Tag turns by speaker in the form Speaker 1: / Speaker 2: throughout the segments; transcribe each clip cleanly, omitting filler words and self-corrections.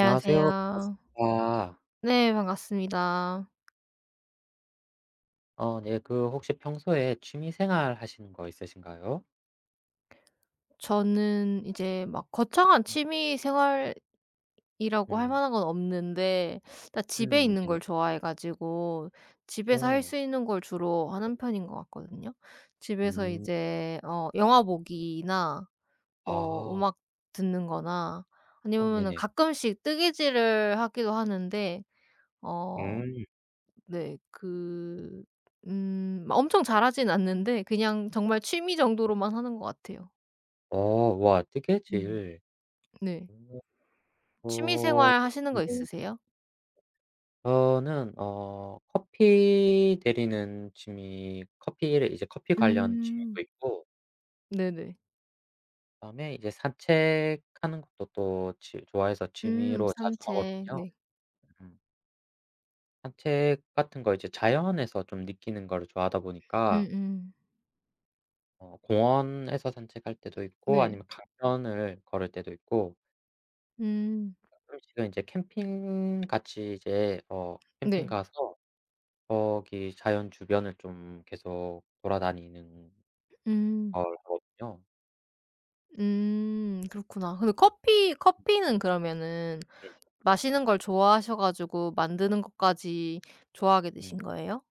Speaker 1: 안녕하세요. 반갑습니다.
Speaker 2: 네, 반갑습니다.
Speaker 1: 네. 혹시 평소에 취미 생활 하시는 거 있으신가요?
Speaker 2: 저는 이제 막 거창한
Speaker 1: 음.
Speaker 2: 취미 생활이라고 할
Speaker 1: 음.
Speaker 2: 만한 건 없는데 일단 집에 있는
Speaker 1: 네네.
Speaker 2: 걸 좋아해 가지고 집에서 할
Speaker 1: 어.
Speaker 2: 수 있는 걸 주로 하는 편인 것 같거든요. 집에서
Speaker 1: 음.
Speaker 2: 이제 영화 보기나 뭐
Speaker 1: 아.
Speaker 2: 음악 듣는 거나
Speaker 1: 어
Speaker 2: 아니면은
Speaker 1: 네네.
Speaker 2: 가끔씩 뜨개질을 하기도 하는데 어
Speaker 1: 음.
Speaker 2: 네. 그 막 엄청 잘하진 않는데 그냥 정말 취미 정도로만 하는 것 같아요.
Speaker 1: 어 와,
Speaker 2: 음.
Speaker 1: 뜨개질.
Speaker 2: 네.
Speaker 1: 음
Speaker 2: 취미
Speaker 1: 어
Speaker 2: 생활 하시는 거
Speaker 1: 음.
Speaker 2: 있으세요?
Speaker 1: 저는 커피 내리는 취미 커피를 커피 관련 취미도
Speaker 2: 음.
Speaker 1: 있고,
Speaker 2: 네네.
Speaker 1: 그다음에 이제 산책하는 것도 또 취 좋아해서
Speaker 2: 음.
Speaker 1: 취미로 자주
Speaker 2: 산책.
Speaker 1: 하거든요.
Speaker 2: 네.
Speaker 1: 음. 산책 같은 거, 이제 자연에서 좀 느끼는 거를 좋아하다 보니까
Speaker 2: 음음.
Speaker 1: 공원에서 산책할 때도 있고,
Speaker 2: 네.
Speaker 1: 아니면 강변을 걸을 때도 있고,
Speaker 2: 음.
Speaker 1: 가끔씩은 이제 캠핑 같이, 이제 캠핑
Speaker 2: 네.
Speaker 1: 가서 거기 자연 주변을 좀 계속 돌아다니는
Speaker 2: 음.
Speaker 1: 걸 하거든요.
Speaker 2: 음, 그렇구나. 근데 커피는 그러면은
Speaker 1: 네.
Speaker 2: 마시는 걸 좋아하셔 가지고 만드는 것까지 좋아하게
Speaker 1: 음.
Speaker 2: 되신 거예요?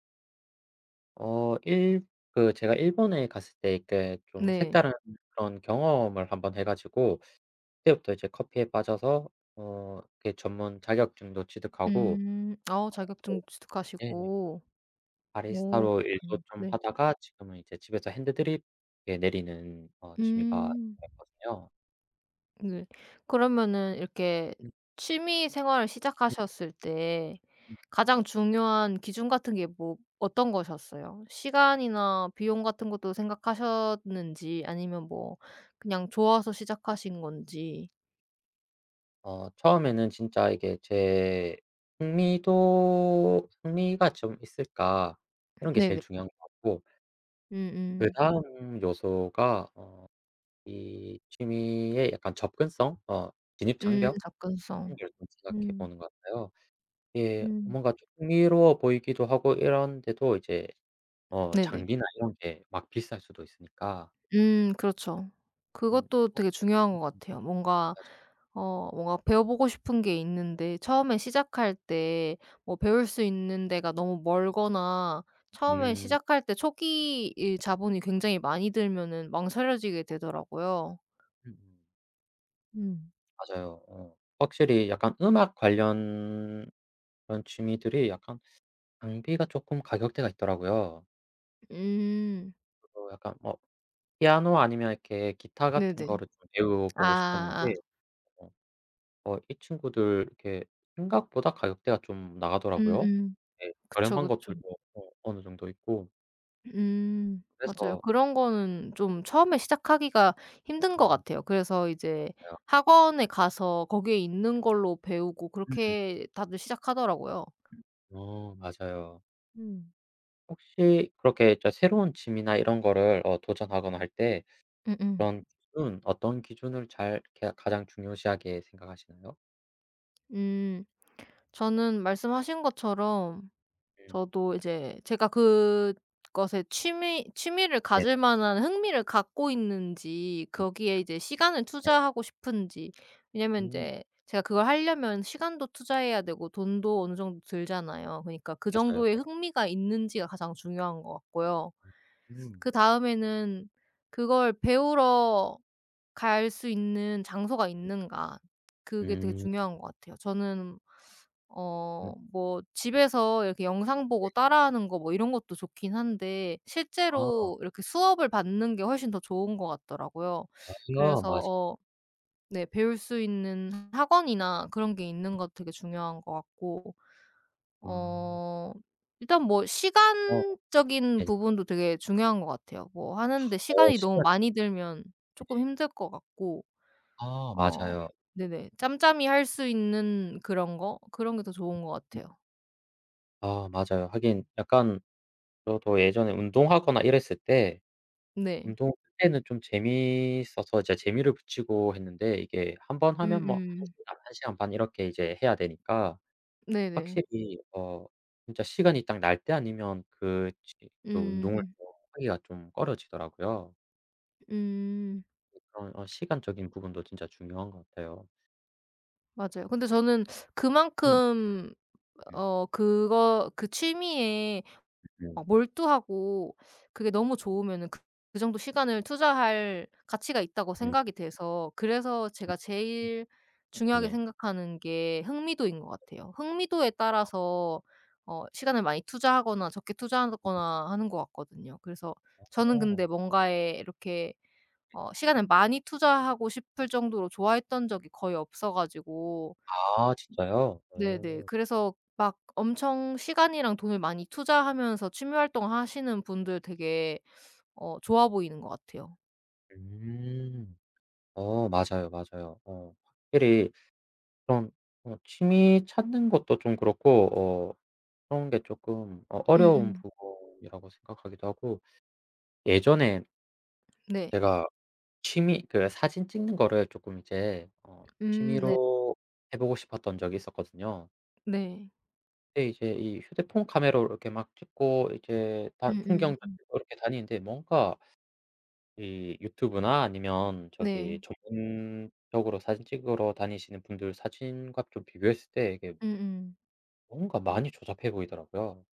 Speaker 1: 어 일 그 제가 일본에 갔을 때 이렇게 좀
Speaker 2: 네.
Speaker 1: 색다른 그런 경험을 한번 해 가지고, 그때부터 이제 커피에 빠져서 이렇게 전문 자격증도 취득하고.
Speaker 2: 음. 자격증
Speaker 1: 네네.
Speaker 2: 취득하시고. 오,
Speaker 1: 바리스타로 일도
Speaker 2: 그렇구나.
Speaker 1: 좀
Speaker 2: 네.
Speaker 1: 하다가 지금은 이제 집에서 핸드드립 예 내리는 취미가
Speaker 2: 음.
Speaker 1: 생겼거든요.
Speaker 2: 네. 그러면은 이렇게
Speaker 1: 음
Speaker 2: 취미 생활을
Speaker 1: 음.
Speaker 2: 시작하셨을 때 가장 중요한 기준 같은 게 뭐 어떤 거셨어요? 시간이나 비용 같은 것도 생각하셨는지, 아니면 뭐 그냥 좋아서 시작하신 건지.
Speaker 1: 어 처음에는 진짜 이게 제 흥미도 '흥미가 좀 있을까.' 이런 게 제일
Speaker 2: 네네.
Speaker 1: 중요한 것 같고,
Speaker 2: 음음. 음.
Speaker 1: 그다음 요소가 이 취미의 약간 접근성, 진입 장벽, 이런
Speaker 2: 접근성.
Speaker 1: 걸 좀 생각해
Speaker 2: 음.
Speaker 1: 보는 것 같아요. 예
Speaker 2: 음.
Speaker 1: 뭔가 좀 흥미로워 보이기도 하고 이런데도 이제
Speaker 2: 네네.
Speaker 1: 장비나 이런 게 막 비쌀 수도 있으니까.
Speaker 2: 그렇죠.
Speaker 1: 음
Speaker 2: 그것도
Speaker 1: 그런 게
Speaker 2: 되게 중요한 것 같아요. 뭔가
Speaker 1: 맞아요.
Speaker 2: 어 뭔가 배워보고 싶은 게 있는데 처음에 시작할 때 뭐 배울 수 있는 데가 너무 멀거나 처음에
Speaker 1: 음.
Speaker 2: 시작할 때 초기 이 자본이 굉장히 많이 들면은 망설여지게 되더라고요.
Speaker 1: 음음.
Speaker 2: 음.
Speaker 1: 맞아요. 어. 확실히 약간 음악 관련 그런 취미들이 약간 장비가 쪼끔 가격대가 있더라고요.
Speaker 2: 음.
Speaker 1: 그래서 약간 뭐 피아노 아니면 이렇게 기타 같은
Speaker 2: 네네.
Speaker 1: 거를 좀 배워보고
Speaker 2: 아.
Speaker 1: 싶었는데, 어 이 친구들 이렇게 생각보다 가격대가 좀 나가더라고요.
Speaker 2: 음음.
Speaker 1: 예.
Speaker 2: 그쵸,
Speaker 1: 저렴한
Speaker 2: 그쵸.
Speaker 1: 것들도 어느 정도 있고.
Speaker 2: 음. 맞아요.
Speaker 1: 그래서
Speaker 2: 그런 거는 좀 처음에 시작하기가 힘든 것
Speaker 1: 음
Speaker 2: 같아요. 그래서 이제
Speaker 1: 맞아요.
Speaker 2: 학원에 가서 거기에 있는 걸로 배우고,
Speaker 1: 음.
Speaker 2: 그렇게 다들 시작하더라고요.
Speaker 1: 어 맞아요.
Speaker 2: 음.
Speaker 1: 혹시 그렇게 진짜 새로운 취미나 이런 거를 도전하거나 할 때
Speaker 2: 음음. 음.
Speaker 1: 그런 기준, 어떤 기준을 잘 이렇게 가장 중요시하게 생각하시나요?
Speaker 2: 음, 저는 말씀하신 것처럼,
Speaker 1: 음.
Speaker 2: 저도 이제 제가 그것에 취미를
Speaker 1: 네.
Speaker 2: 가질 만한 흥미를 갖고 있는지,
Speaker 1: 음.
Speaker 2: 거기에 이제 시간을
Speaker 1: 네.
Speaker 2: 투자하고 싶은지. 왜냐면 이
Speaker 1: 음.
Speaker 2: 제 제가 그걸 하려면 시간도 투자해야 되고 돈도 어느 정도 들잖아요. 그니까 러그
Speaker 1: 맞아요,
Speaker 2: 정도의
Speaker 1: 맞아요.
Speaker 2: 흥미가 있는지가 가장 중요한 것 같고요.
Speaker 1: 음.
Speaker 2: 그다음에는 그걸 배우러 갈 수 있는 장소가
Speaker 1: 음.
Speaker 2: 있는가. 그게 되게
Speaker 1: 음.
Speaker 2: 중요한 것 같아요. 저는 뭐 집에서 이렇게 영상 보고 따라하는 거 뭐 이런 것도 좋긴 한데,
Speaker 1: 아.
Speaker 2: 실제로 이렇게 수업을 받는 게 훨씬 더 좋은 것 같더라고요.
Speaker 1: 맞아요,
Speaker 2: 그래서
Speaker 1: 맞아.
Speaker 2: 네, 배울 수 있는 학원이나 그런 게 있는 것 되게 중요한 것 같고,
Speaker 1: 음.
Speaker 2: 어 일단 뭐
Speaker 1: 어
Speaker 2: 시간적인
Speaker 1: 네네.
Speaker 2: 부분도 되게 중요한 것 같아요. 뭐 하는데
Speaker 1: 어
Speaker 2: 시간이 너무
Speaker 1: 시간,
Speaker 2: 많이 들면 조금 힘들 것 같고.
Speaker 1: 아
Speaker 2: 어
Speaker 1: 맞아요.
Speaker 2: 네네, 짬짬이 할 수 있는 그런 거, 그런 게 더 좋은 것
Speaker 1: 음.
Speaker 2: 같아요.
Speaker 1: 아 맞아요. 하긴 약간 저도 예전에 운동하거나 이랬을 때,
Speaker 2: 네.
Speaker 1: 운동 그때는 좀 재미있어서 이제 재미를 붙이고 했는데, 이게 한번 하면 뭐 1
Speaker 2: 음음.
Speaker 1: 시간, 1 시간 반 이렇게 이제 해야 되니까
Speaker 2: 네네.
Speaker 1: 확실히 진짜 시간이 딱 날 때 아니면 그 지 그 운동을
Speaker 2: 음음.
Speaker 1: 좀 하기가 좀 꺼려지더라고요.
Speaker 2: 음.
Speaker 1: 그런 시간적인 부분도 진짜 중요한 것 같아요.
Speaker 2: 맞아요. 근데 저는
Speaker 1: 음
Speaker 2: 그만큼
Speaker 1: 음
Speaker 2: 어 그거 그 취미에
Speaker 1: 음
Speaker 2: 막 몰두하고 그게 너무 좋으면은 그 정도 시간을 투자할 가치가 있다고
Speaker 1: 음.
Speaker 2: 생각이 돼서, 그래서 제가 제일 중요하게
Speaker 1: 네네.
Speaker 2: 생각하는 게 흥미도인 것 같아요. 흥미도에 따라서 시간을 많이 투자하거나 적게 투자하거나 하는 것 같거든요. 그래서 저는
Speaker 1: 어.
Speaker 2: 근데 뭔가에 이렇게 시간을 많이 투자하고 싶을 정도로 좋아했던 적이 거의 없어 가지고.
Speaker 1: 아 진짜요?
Speaker 2: 네네.
Speaker 1: 어.
Speaker 2: 그래서 막 엄청 시간이랑 돈을 많이 투자하면서 취미 활동하시는 분들 되게 좋아 보이는 것 같아요.
Speaker 1: 음. 어 맞아요, 맞아요. 어 확실히 그런 취미 찾는 것도 좀 그렇고, 어 그런 게 조금 어려운
Speaker 2: 음음.
Speaker 1: 부분이라고 생각하기도 하고. 예전에
Speaker 2: 네.
Speaker 1: 제가 취미 그 사진 찍는 거를 조금 이제
Speaker 2: 네.
Speaker 1: 취미로 해 보고 싶었던 적이 있었거든요.
Speaker 2: 네.
Speaker 1: 근데 이제 이 휴대폰 카메라로 이렇게 막 찍고 이제 다 풍경
Speaker 2: 음음.
Speaker 1: 찍고 이렇게 다니는데, 뭔가 이 유튜브나 아니면 저기
Speaker 2: 네.
Speaker 1: 전문적으로 사진 찍으러 다니시는 분들 사진과 좀 비교했을 때 이게
Speaker 2: 음음.
Speaker 1: 뭔가 많이 조잡해 보이더라고요.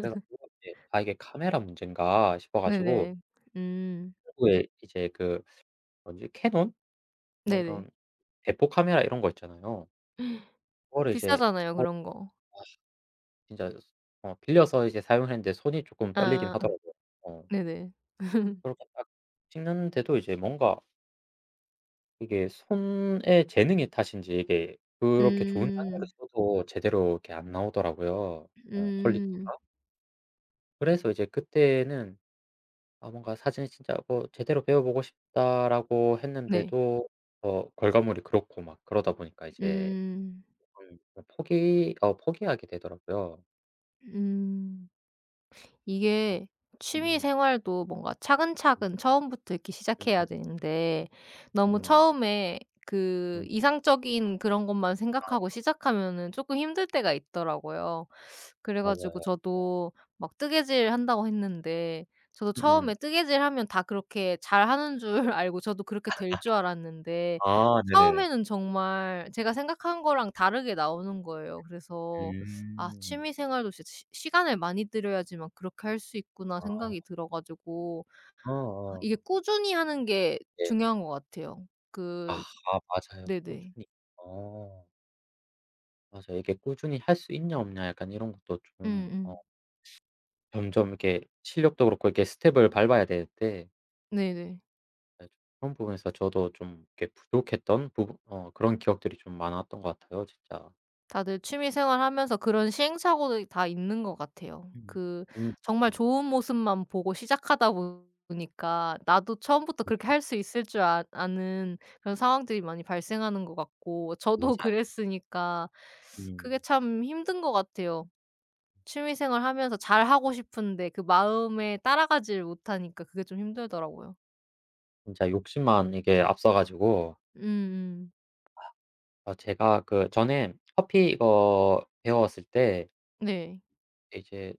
Speaker 1: 그래 가지고 이제 '아 이게 카메라 문제인가.' 싶어 가지고
Speaker 2: 네네. 음.
Speaker 1: 결국에 이제 그 뭐지 캐논 뭐
Speaker 2: 네네.
Speaker 1: 이런 대포 카메라 이런 거 있잖아요. 그거를 이제
Speaker 2: 비싸잖아요,
Speaker 1: 어
Speaker 2: 그런 거.
Speaker 1: 아 진짜 어 빌려서 이제 사용했는데 손이 조금 떨리긴
Speaker 2: 아,
Speaker 1: 하더라고요. 어
Speaker 2: 네네.
Speaker 1: 그렇게 딱 찍는데도 이제 뭔가 이게 손의 재능의 탓인지, 이게 그렇게 좋은 장비를
Speaker 2: 음.
Speaker 1: 써도 제대로 이렇게 안 나오더라고요,
Speaker 2: 음.
Speaker 1: 퀄리티가. 그래서 이제 그때는 아 뭔가 사진이 진짜 뭐 '제대로 배워 보고 싶다.'라고
Speaker 2: 네.
Speaker 1: 했는데도 결과물이 그렇고 막 그러다 보니까 이제
Speaker 2: 음.
Speaker 1: 조금 포기하게 되더라고요.
Speaker 2: 음.
Speaker 1: 아
Speaker 2: 이게 취미
Speaker 1: 음.
Speaker 2: 생활도 뭔가
Speaker 1: 음
Speaker 2: 차근차근 처음부터 이렇게 시작해야
Speaker 1: 음음.
Speaker 2: 되는데,
Speaker 1: 음.
Speaker 2: 너무
Speaker 1: 음.
Speaker 2: 처음에 그
Speaker 1: 음,
Speaker 2: 이상적인 그런 것만 생각하고 시작하면은 조금 힘들 때가 있더라고요. 그래 가지고
Speaker 1: 맞아요.
Speaker 2: 저도 막 뜨개질 한다고 했는데, 저도
Speaker 1: 음음.
Speaker 2: 처음에 뜨개질 하면 다 그렇게 잘하는 줄 알고 저도 그렇게 될 줄 알았는데,
Speaker 1: 아 네네.
Speaker 2: 처음에는 정말 제가 생각한 거랑 다르게 나오는 거예요. 그래서 '아,
Speaker 1: 음.
Speaker 2: 취미 생활도 진짜 시 시간을 많이 들여야지만 그렇게 할 수 있구나.'
Speaker 1: 아.
Speaker 2: 생각이 들어 가지고, 아,
Speaker 1: 어어.
Speaker 2: 이게 꾸준히 하는 게
Speaker 1: 네.
Speaker 2: 중요한 것 같아요.
Speaker 1: 아 아, 맞아요.
Speaker 2: 네네.
Speaker 1: 꾸준히. 어. 맞아요. 이게 꾸준히 할 수 있냐 없냐 약간 이런 것도 좀
Speaker 2: 음음.
Speaker 1: 점점 이렇게 실력도 그렇고 이렇게 스텝을 밟아야 되는데.
Speaker 2: 네네.
Speaker 1: 네. 그런 부분에서 저도 좀 이렇게 부족했던 부분, 그런 기억들이 좀 많았던 것 같아요 진짜.
Speaker 2: 다들 취미 생활하면서 그런 시행착오들이 다 있는 것 같아요.
Speaker 1: 음. 음
Speaker 2: 정말
Speaker 1: 음.
Speaker 2: 좋은 모습만 보고 시작하다 보니까 나도 처음부터
Speaker 1: 음
Speaker 2: 그렇게 할 수 있을 줄 아는 그런 상황들이 많이 발생하는 것 같고, 저도
Speaker 1: 맞아요.
Speaker 2: 그랬으니까 그게
Speaker 1: 음.
Speaker 2: 참 힘든 것 같아요. 취미 생활하면서 잘하고 싶은데 그 마음에 따라가질 못하니까 그게 좀 힘들더라고요.
Speaker 1: 진짜 욕심만 이게 앞서 가지고.
Speaker 2: 음음.
Speaker 1: 아 제가 그 전에 커피 이거 배웠을 때
Speaker 2: 네.
Speaker 1: 이제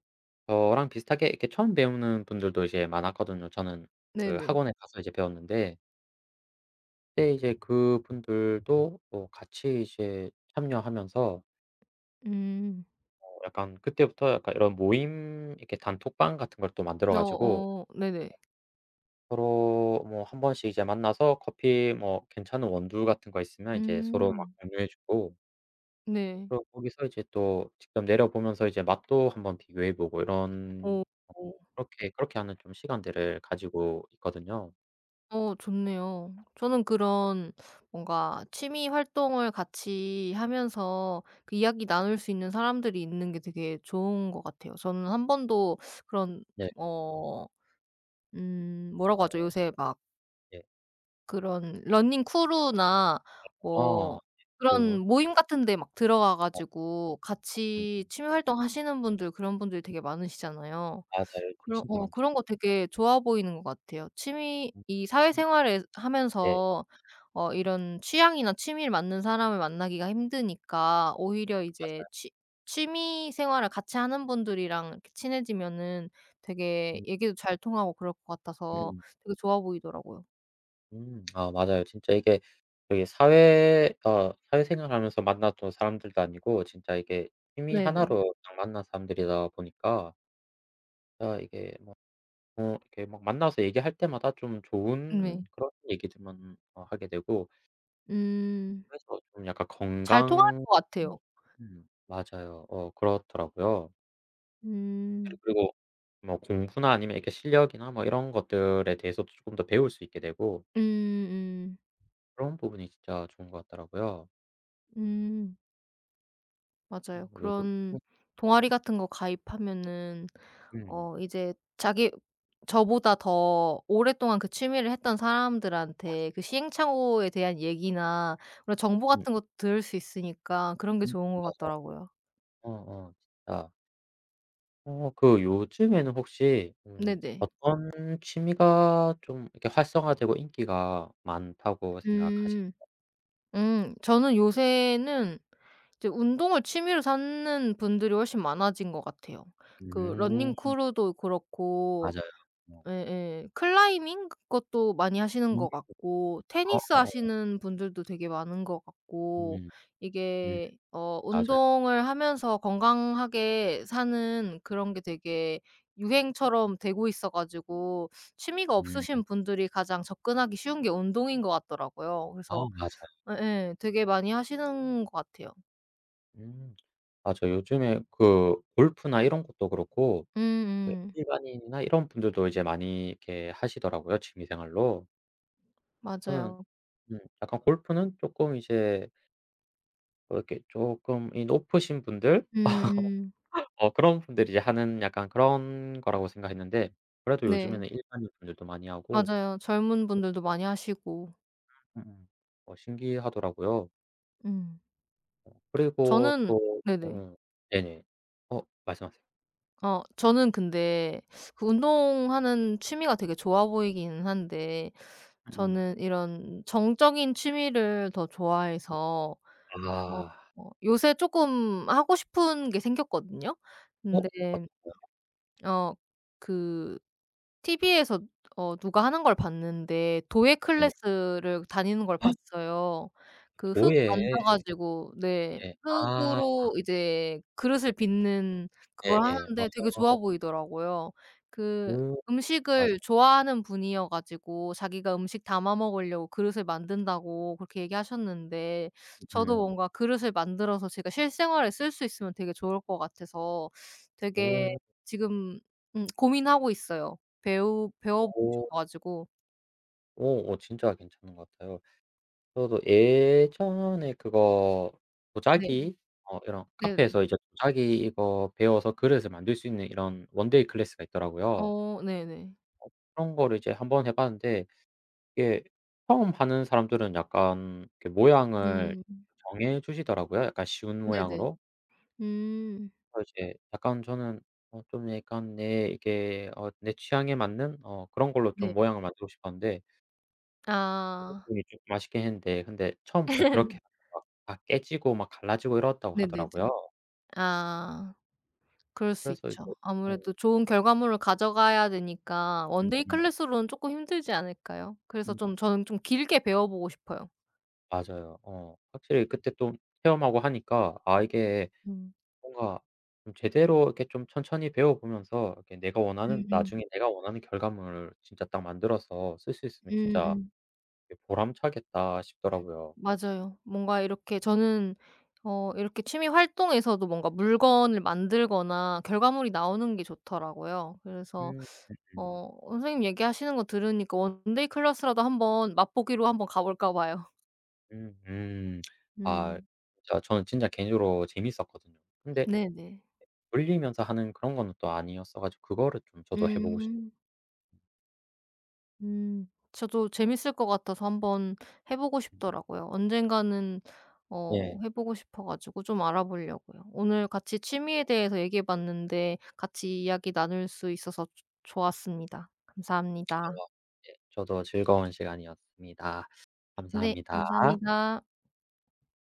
Speaker 1: 저랑 비슷하게 이렇게 처음 배우는 분들도 이제 많았거든요. 저는 그
Speaker 2: 네네.
Speaker 1: 학원에 가서 이제 배웠는데 그때 이제 그분들도 뭐 같이 이제 참여하면서
Speaker 2: 음.
Speaker 1: 약간 그때부터 약간 이런 모임 이렇게 단톡방 같은 걸 또 만들어 가지고,
Speaker 2: 어어. 네네.
Speaker 1: 서로 뭐 한 번씩 이제 만나서 커피 뭐 괜찮은 원두 같은 거 있으면 이제 서로 막
Speaker 2: 음.
Speaker 1: 공유해 주고,
Speaker 2: 네.
Speaker 1: 그리고 거기서 이제 또 직접 내려 보면서 이제 맛도 한번 비교해 보고 이런,
Speaker 2: 어.
Speaker 1: 그렇게 그렇게 하는 좀 시간들을 가지고 있거든요.
Speaker 2: 좋네요. 저는 그런 뭔가 취미 활동을 같이 하면서 그 이야기 나눌 수 있는 사람들이 있는 게 되게 좋은 것 같아요. 저는 한 번도 그런
Speaker 1: 네.
Speaker 2: 어 뭐라고 하죠?
Speaker 1: 어
Speaker 2: 요새 막
Speaker 1: 네.
Speaker 2: 그런 러닝 크루나
Speaker 1: 아
Speaker 2: 뭐
Speaker 1: 네.
Speaker 2: 그런
Speaker 1: 그리고
Speaker 2: 모임 같은 데 막 들어가
Speaker 1: 어
Speaker 2: 가지고
Speaker 1: 음
Speaker 2: 같이
Speaker 1: 음.
Speaker 2: 취미 활동하시는 분들, 그런 분들이 되게 많으시잖아요.
Speaker 1: 맞아요. 요즘
Speaker 2: 그런
Speaker 1: 진짜
Speaker 2: 어
Speaker 1: 많죠.
Speaker 2: 그런 거 되게 좋아 보이는 것 같아요. 취미
Speaker 1: 음
Speaker 2: 이
Speaker 1: 음.
Speaker 2: 사회생활을
Speaker 1: 네.
Speaker 2: 하면서 이런 취향이나 취미를 맞는 사람을 만나기가 힘드니까 오히려 이제
Speaker 1: 맞아요.
Speaker 2: 취 취미 생활을 같이 하는 분들이랑 이렇게 친해지면은 되게
Speaker 1: 음.
Speaker 2: 얘기도 잘 통하고 그럴 것
Speaker 1: 음.
Speaker 2: 같아서
Speaker 1: 음.
Speaker 2: 되게 좋아 보이더라고요.
Speaker 1: 음. 아 맞아요. 진짜 이게 저기 사회 어 사회생활하면서 만났던 사람들도 아니고 진짜 이게 취미
Speaker 2: 네네.
Speaker 1: 하나로 딱 만난 사람들이다 보니까 아 이게 뭐 이렇게 막 만나서 얘기할 때마다 좀 좋은
Speaker 2: 네.
Speaker 1: 그런 얘기들만 하게 되고,
Speaker 2: 음.
Speaker 1: 그래서 좀 약간
Speaker 2: 잘 통할
Speaker 1: 건강,
Speaker 2: 것 같아요.
Speaker 1: 맞아요. 어 그렇더라고요. 예
Speaker 2: 음.
Speaker 1: 그리고 뭐 공부나 아니면 이렇게 실력이나 뭐 이런 것들에 대해서도 조금 더 배울 수 있게 되고,
Speaker 2: 음음.
Speaker 1: 그런 부분이 진짜 좋은 것 같더라고요.
Speaker 2: 음. 맞아요.
Speaker 1: 요
Speaker 2: 그런 동아리 같은 거 가입하면은
Speaker 1: 음.
Speaker 2: 이제 자기 저보다 더 오랫동안 그 취미를 했던
Speaker 1: 맞아.
Speaker 2: 사람들한테 그 시행착오에 대한 얘기나 그런 정보
Speaker 1: 음 음
Speaker 2: 같은 것도 들을 수 있으니까, 그런 게
Speaker 1: 음.
Speaker 2: 좋은 것 같더라고요.
Speaker 1: 어 어 진짜. 요즘에는 혹시
Speaker 2: 네네.
Speaker 1: 어떤 취미가 좀 이렇게 활성화되고 인기가 많다고 생각하시,
Speaker 2: 음. 음. 저는 요새는 이제 운동을 취미로 삼는 분들이 훨씬 많아진 것 같아요. 그 러닝
Speaker 1: 음
Speaker 2: 크루도 그렇고,
Speaker 1: 맞아요. 어.
Speaker 2: 예예. 클라이밍, 그것도 많이 하시는
Speaker 1: 음
Speaker 2: 것 같고, 테니스
Speaker 1: 어어어.
Speaker 2: 하시는 분들도 되게 많은 것 같고.
Speaker 1: 음. 음
Speaker 2: 이게
Speaker 1: 맞아요.
Speaker 2: 운동을 하면서 건강하게 사는 그런 게 되게 유행처럼 되고 있어 가지고 취미가
Speaker 1: 음.
Speaker 2: 없으신 분들이 가장 접근하기 쉬운 게 운동인 것 같더라고요.
Speaker 1: 아
Speaker 2: 그래서
Speaker 1: 맞아요.
Speaker 2: 예예, 되게 많이 하시는 것 같아요.
Speaker 1: 음. 맞아요. 요즘에 그 골프나 이런 것도 그렇고 그
Speaker 2: 음음.
Speaker 1: 일반인이나 이런 분들도 이제 많이 이렇게 하시더라고요 취미 생활로. 저는
Speaker 2: 맞아요.
Speaker 1: 약간 골프는 조금 이제 이렇게 조금 이 높으신 분들,
Speaker 2: 음음.
Speaker 1: 그런 분들이 이제 하는 약간 그런 거라고 생각했는데, 그래도
Speaker 2: 네.
Speaker 1: 요즘에는 일반인 분들도 많이 하고.
Speaker 2: 맞아요. 젊은 분들도 많이 하시고.
Speaker 1: 음음 어 신기하더라고요.
Speaker 2: 음.
Speaker 1: 어 그리고
Speaker 2: 저는
Speaker 1: 또
Speaker 2: 네네.
Speaker 1: 어 네네. 어 말씀하세요.
Speaker 2: 저는 근데 그 운동하는 취미가 되게 좋아 보이기는 한데
Speaker 1: 음음.
Speaker 2: 저는 이런 정적인 취미를 더
Speaker 1: 네.
Speaker 2: 좋아해서 어
Speaker 1: 아.
Speaker 2: 요새 쪼끔 하고 싶은 게 생겼거든요.
Speaker 1: 어
Speaker 2: 근데
Speaker 1: 맞아요.
Speaker 2: 어그 TV에서 누가 하는 걸 봤는데 도예
Speaker 1: 네네.
Speaker 2: 클래스를 다니는 걸 봤어요. 그 흙
Speaker 1: 도예.
Speaker 2: 만져 가지고 네
Speaker 1: 예. 아
Speaker 2: 흙으로 이제 그릇을 빚는, 그걸
Speaker 1: 네네. 아.
Speaker 2: 하는데 되게 좋아 보이더라고요. 그
Speaker 1: 오 맞아요.
Speaker 2: 음식을 좋아하는 분이어 가지고 자기가 음식 담아 먹으려고 그릇을 만든다고 그렇게 얘기하셨는데 저도
Speaker 1: 음.
Speaker 2: 뭔가 그릇을 만들어서 제가 실생활에 쓸 수 있으면 되게 좋을 것 같아서 되게
Speaker 1: 오
Speaker 2: 지금 고민하고 있어요. 배우 배워보고
Speaker 1: 오
Speaker 2: 싶어 가지고.
Speaker 1: 오 어 진짜 괜찮은 것 같아요. 저도 예전에 그거
Speaker 2: 네.
Speaker 1: 도자기, 이런
Speaker 2: 네네.
Speaker 1: 카페에서 이제 도자기 이거 배워서 그릇을 만들 수 있는 이런 원데이 클래스가 있더라고요.
Speaker 2: 네네.
Speaker 1: 그런 거를 이제 한번 해 봤는데 이게 처음 하는 사람들은 약간 그 모양을
Speaker 2: 음.
Speaker 1: 정해 주시더라고요, 약간 쉬운
Speaker 2: 네네.
Speaker 1: 모양으로.
Speaker 2: 음.
Speaker 1: 그래서 이제 약간 저는 좀 약간 내 취향에 맞는 그런 걸로 좀
Speaker 2: 네.
Speaker 1: 모양을 만들고 싶었는데
Speaker 2: 아.
Speaker 1: 분이 좀 아쉽긴 했는데, 근데 처음부터 그렇게 막 다 깨지고 막 갈라지고 이렇다고
Speaker 2: 네네네.
Speaker 1: 하더라고요.
Speaker 2: 아. 그럴 수
Speaker 1: 그래서 이제
Speaker 2: 있죠.
Speaker 1: 어
Speaker 2: 아무래도 좋은 결과물을 가져가야 되니까 원데이
Speaker 1: 음음
Speaker 2: 클래스로는 쪼끔 힘들지 않을까요? 그래서
Speaker 1: 음
Speaker 2: 좀 저는 좀 길게 배워보고 싶어요.
Speaker 1: 맞아요. 어 확실히 그때 또 체험하고 하니까 아 이게
Speaker 2: 음.
Speaker 1: 뭔가 좀 제대로 이렇게 좀 천천히 배워 보면서 이렇게 내가 원하는,
Speaker 2: 음음.
Speaker 1: 나중에 내가 원하는 결과물을 진짜 딱 만들어서 쓸 수 있으면 진짜
Speaker 2: 음음.
Speaker 1: 이게 '보람차겠다.' 싶더라고요.
Speaker 2: 맞아요. 뭔가 이렇게 저는 이렇게 취미 활동에서도 뭔가 물건을 만들거나 결과물이 나오는 게 좋더라고요. 그래서
Speaker 1: 음 음음.
Speaker 2: 선생님 얘기하시는 거 들으니까 원데이 클래스라도 한번 맛보기로 한번 가 볼까 봐요.
Speaker 1: 음 음. 아
Speaker 2: 음.
Speaker 1: 진짜 저는 진짜 개인적으로 재밌었거든요. 근데
Speaker 2: 네네.
Speaker 1: 돌리면서 하는 그런 거는 또 아니었어 가지고 그거를 좀 저도 해 보고 싶은.
Speaker 2: 음. 음. 저도 재밌을 것 같아서 한번 해 보고 싶더라고요. 언젠가는 어
Speaker 1: 예.
Speaker 2: 해 보고 싶어 가지고 좀 알아보려고요. 오늘 같이 취미에 대해서 얘기해 봤는데 같이 이야기 나눌 수 있어서 좋 좋았습니다. 감사합니다.
Speaker 1: 대화, 예 저도 즐거운 시간이었습니다.
Speaker 2: 네.
Speaker 1: 감사합니다.
Speaker 2: 감사합니다.